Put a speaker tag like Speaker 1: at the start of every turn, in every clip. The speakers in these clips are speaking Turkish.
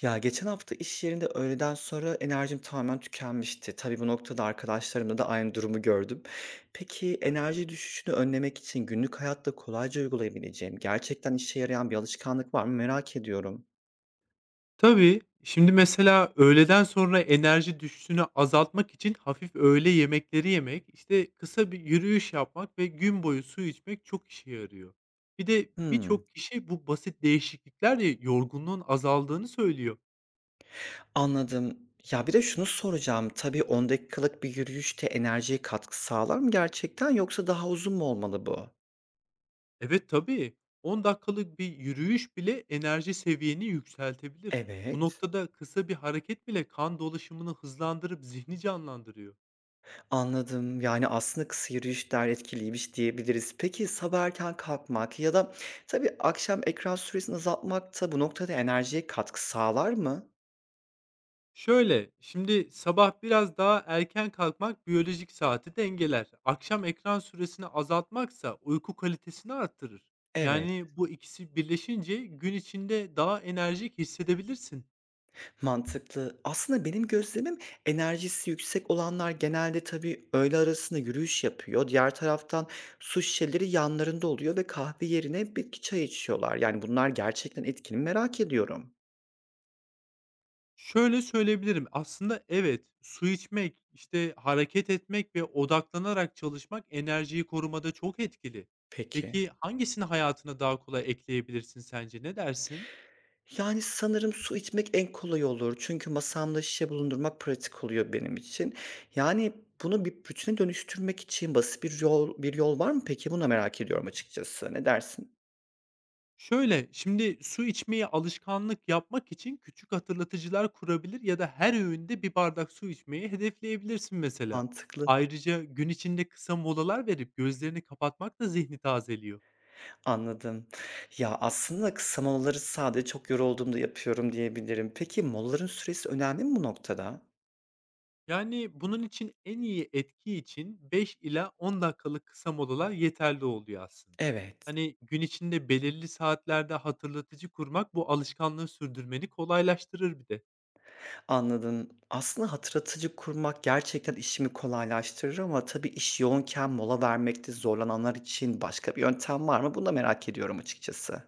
Speaker 1: Ya, geçen hafta iş yerinde öğleden sonra enerjim tamamen tükenmişti. Tabii bu noktada arkadaşlarımda da aynı durumu gördüm. Peki enerji düşüşünü önlemek için günlük hayatta kolayca uygulayabileceğim, gerçekten işe yarayan bir alışkanlık var mı merak ediyorum.
Speaker 2: Tabii. Şimdi mesela öğleden sonra enerji düşüşünü azaltmak için hafif öğle yemekleri yemek, işte kısa bir yürüyüş yapmak ve gün boyu su içmek çok işe yarıyor. Bir de
Speaker 1: Hımm,
Speaker 2: birçok kişi bu basit değişikliklerle yorgunluğun azaldığını söylüyor.
Speaker 1: anladım. Ya, bir de şunu soracağım, tabii 10 dakikalık bir yürüyüş de enerjiye katkı sağlar mı gerçekten yoksa daha uzun mu olmalı bu?
Speaker 2: Evet, tabii. 10 dakikalık bir yürüyüş bile enerji seviyeni yükseltebilir. Bu
Speaker 1: Evet.
Speaker 2: noktada kısa bir hareket bile kan dolaşımını hızlandırıp zihni canlandırıyor.
Speaker 1: Anladım. Yani, aslında kısa yürüyüşler etkiliymiş diyebiliriz. Peki, sabah erken kalkmak ya da tabii akşam ekran süresini azaltmak da bu noktada enerjiye katkı sağlar mı?
Speaker 2: Şöyle, şimdi sabah biraz daha erken kalkmak biyolojik saati dengeler. Akşam ekran süresini azaltmaksa uyku kalitesini arttırır.
Speaker 1: Evet.
Speaker 2: Yani bu ikisi birleşince gün içinde daha enerjik hissedebilirsin.
Speaker 1: Mantıklı. Aslında benim gözlemim enerjisi yüksek olanlar genelde tabii öğle arasında yürüyüş yapıyor. Diğer taraftan su şişeleri yanlarında oluyor ve kahve yerine bitki çayı içiyorlar. Yani, bunlar gerçekten etkili mi merak ediyorum.
Speaker 2: Şöyle söyleyebilirim. Aslında evet, su içmek, işte hareket etmek ve odaklanarak çalışmak enerjiyi korumada çok etkili.
Speaker 1: Peki.
Speaker 2: Peki hangisini hayatına daha kolay ekleyebilirsin sence? Ne dersin?
Speaker 1: Yani, sanırım su içmek en kolay olur. Çünkü masamda şişe bulundurmak pratik oluyor benim için. Yani, bunu bir bütüne dönüştürmek için basit bir yol var mı peki? Bunu da merak ediyorum açıkçası. Ne dersin?
Speaker 2: Şöyle, şimdi su içmeyi alışkanlık yapmak için küçük hatırlatıcılar kurabilir ya da her öğünde bir bardak su içmeyi hedefleyebilirsin mesela.
Speaker 1: Mantıklı.
Speaker 2: Ayrıca gün içinde kısa molalar verip gözlerini kapatmak da zihni tazeliyor.
Speaker 1: Anladım. Ya, aslında kısa molaları sadece çok yorulduğumda yapıyorum diyebilirim. Peki molaların süresi önemli mi bu noktada?
Speaker 2: Yani bunun için en iyi etki için 5 ila 10 dakikalık kısa molalar yeterli oluyor aslında.
Speaker 1: Evet.
Speaker 2: Hani gün içinde belirli saatlerde hatırlatıcı kurmak bu alışkanlığı sürdürmeni kolaylaştırır bir de.
Speaker 1: Anladım. Aslında hatırlatıcı kurmak gerçekten işimi kolaylaştırır ama tabii iş yoğunken mola vermekte zorlananlar için başka bir yöntem var mı? Bunu da merak ediyorum açıkçası.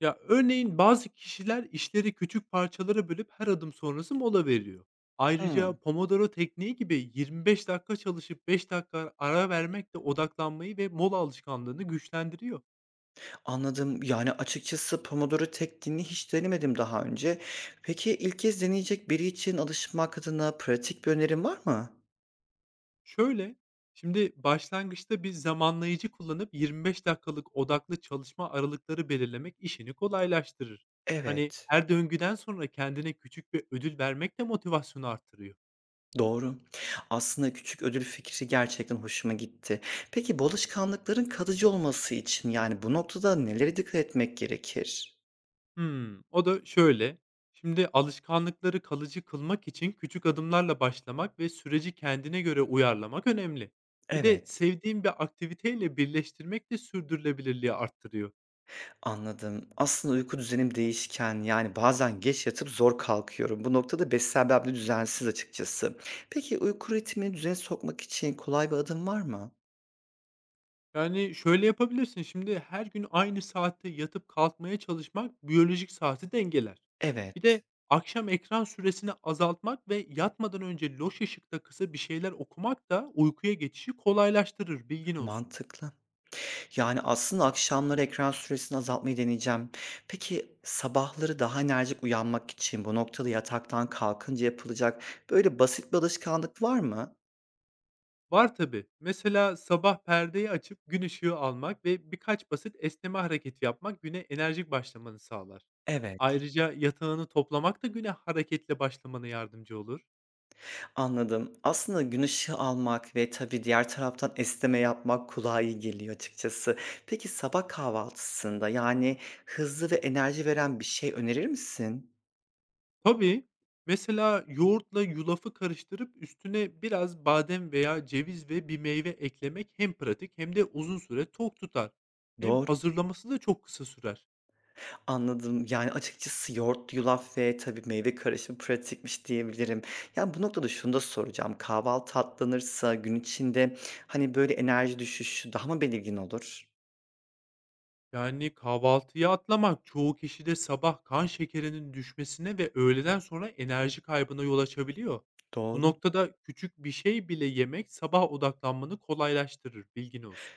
Speaker 2: Ya, örneğin bazı kişiler işleri küçük parçalara bölüp her adım sonrası mola veriyor. Ayrıca
Speaker 1: Hmm.
Speaker 2: Pomodoro tekniği gibi 25 dakika çalışıp 5 dakika ara vermek de odaklanmayı ve mola alışkanlığını güçlendiriyor.
Speaker 1: Anladım. Yani açıkçası Pomodoro tekniğini hiç denemedim daha önce. Peki ilk kez deneyecek biri için alışmak adına pratik bir önerin var mı?
Speaker 2: Şöyle, şimdi başlangıçta bir zamanlayıcı kullanıp 25 dakikalık odaklı çalışma aralıkları belirlemek işini kolaylaştırır. Hani
Speaker 1: Evet.
Speaker 2: her döngüden sonra kendine küçük bir ödül vermek de motivasyonu artırıyor.
Speaker 1: Doğru. Aslında küçük ödül fikri gerçekten hoşuma gitti. Peki bu alışkanlıkların kalıcı olması için yani bu noktada nelere dikkat etmek gerekir?
Speaker 2: Hımm, o da şöyle: şimdi alışkanlıkları kalıcı kılmak için küçük adımlarla başlamak ve süreci kendine göre uyarlamak önemli. Bir de
Speaker 1: Evet,
Speaker 2: sevdiğin bir aktiviteyle birleştirmek de sürdürülebilirliği arttırıyor.
Speaker 1: anladım. Aslında uyku düzenim değişken, yani bazen geç yatıp zor kalkıyorum. Bu noktada beslenmem de düzensiz açıkçası. Peki uyku ritmini düzene sokmak için kolay bir adım var mı?
Speaker 2: Yani, şöyle yapabilirsin: şimdi her gün aynı saatte yatıp kalkmaya çalışmak biyolojik saati dengeler. Bir
Speaker 1: Evet,
Speaker 2: de akşam ekran süresini azaltmak ve yatmadan önce loş ışıkta kısa bir şeyler okumak da uykuya geçişi kolaylaştırır, bilgin olsun.
Speaker 1: mantıklı. Yani aslında akşamları ekran süresini azaltmayı deneyeceğim. Peki sabahları daha enerjik uyanmak için bu noktada yataktan kalkınca yapılacak böyle basit bir alışkanlık var mı?
Speaker 2: Var tabii. Mesela sabah perdeyi açıp gün ışığı almak ve birkaç basit esneme hareketi yapmak güne enerjik başlamanı sağlar.
Speaker 1: Evet.
Speaker 2: Ayrıca yatağını toplamak da güne hareketle başlamana yardımcı olur.
Speaker 1: Anladım. Aslında gün ışığı almak ve tabii diğer taraftan esneme yapmak kulağa iyi geliyor açıkçası. Peki sabah kahvaltısında, yani, hızlı ve enerji veren bir şey önerir misin?
Speaker 2: Tabii. Mesela yoğurtla yulafı karıştırıp üstüne biraz badem veya ceviz ve bir meyve eklemek hem pratik hem de uzun süre tok tutar. Hem
Speaker 1: Doğru,
Speaker 2: hazırlaması da çok kısa sürer.
Speaker 1: anladım. Yani, açıkçası yoğurt, yulaf ve tabii meyve karışımı pratikmiş diyebilirim. Ya, bu noktada şunu da soracağım. Kahvaltı atlanırsa gün içinde, hani, böyle, enerji düşüşü daha mı belirgin olur?
Speaker 2: Yani, kahvaltıyı atlamak çoğu kişide sabah kan şekerinin düşmesine ve öğleden sonra enerji kaybına yol açabiliyor. Bu
Speaker 1: Doğru.
Speaker 2: noktada küçük bir şey bile yemek sabah odaklanmanı kolaylaştırır, bilgin olsun.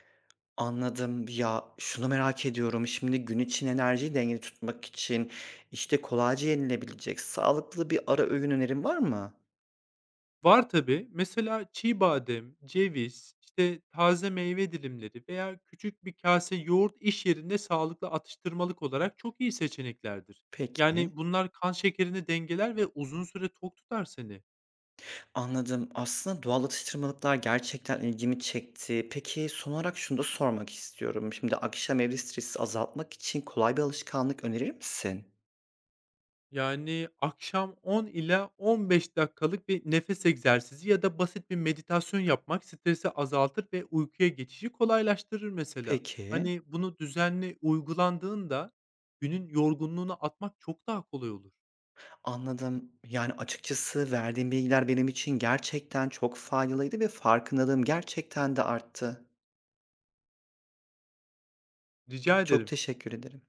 Speaker 1: Anladım. Ya, şunu merak ediyorum, şimdi gün için enerjiyi dengeli tutmak için, işte, kolayca yenilebilecek sağlıklı bir ara öğün önerin var mı?
Speaker 2: Var tabi. Mesela çiğ badem, ceviz, işte taze meyve dilimleri veya küçük bir kase yoğurt iş yerinde sağlıklı atıştırmalık olarak çok iyi seçeneklerdir.
Speaker 1: Peki,
Speaker 2: Yani bunlar kan şekerini dengeler ve uzun süre tok tutar seni.
Speaker 1: anladım. Aslında doğal atıştırmalıklar gerçekten ilgimi çekti. Peki, son olarak şunu da sormak istiyorum. Şimdi akşam evde stresi azaltmak için kolay bir alışkanlık önerir misin?
Speaker 2: Yani, akşam 10 ila 15 dakikalık bir nefes egzersizi ya da basit bir meditasyon yapmak stresi azaltır ve uykuya geçişi kolaylaştırır mesela.
Speaker 1: Peki,
Speaker 2: Hani, bunu düzenli uygulandığında günün yorgunluğunu atmak çok daha kolay olur.
Speaker 1: anladım. Yani, açıkçası verdiğin bilgiler benim için gerçekten çok faydalıydı ve farkındalığım gerçekten de arttı.
Speaker 2: Rica
Speaker 1: Çok
Speaker 2: ederim.
Speaker 1: teşekkür ederim.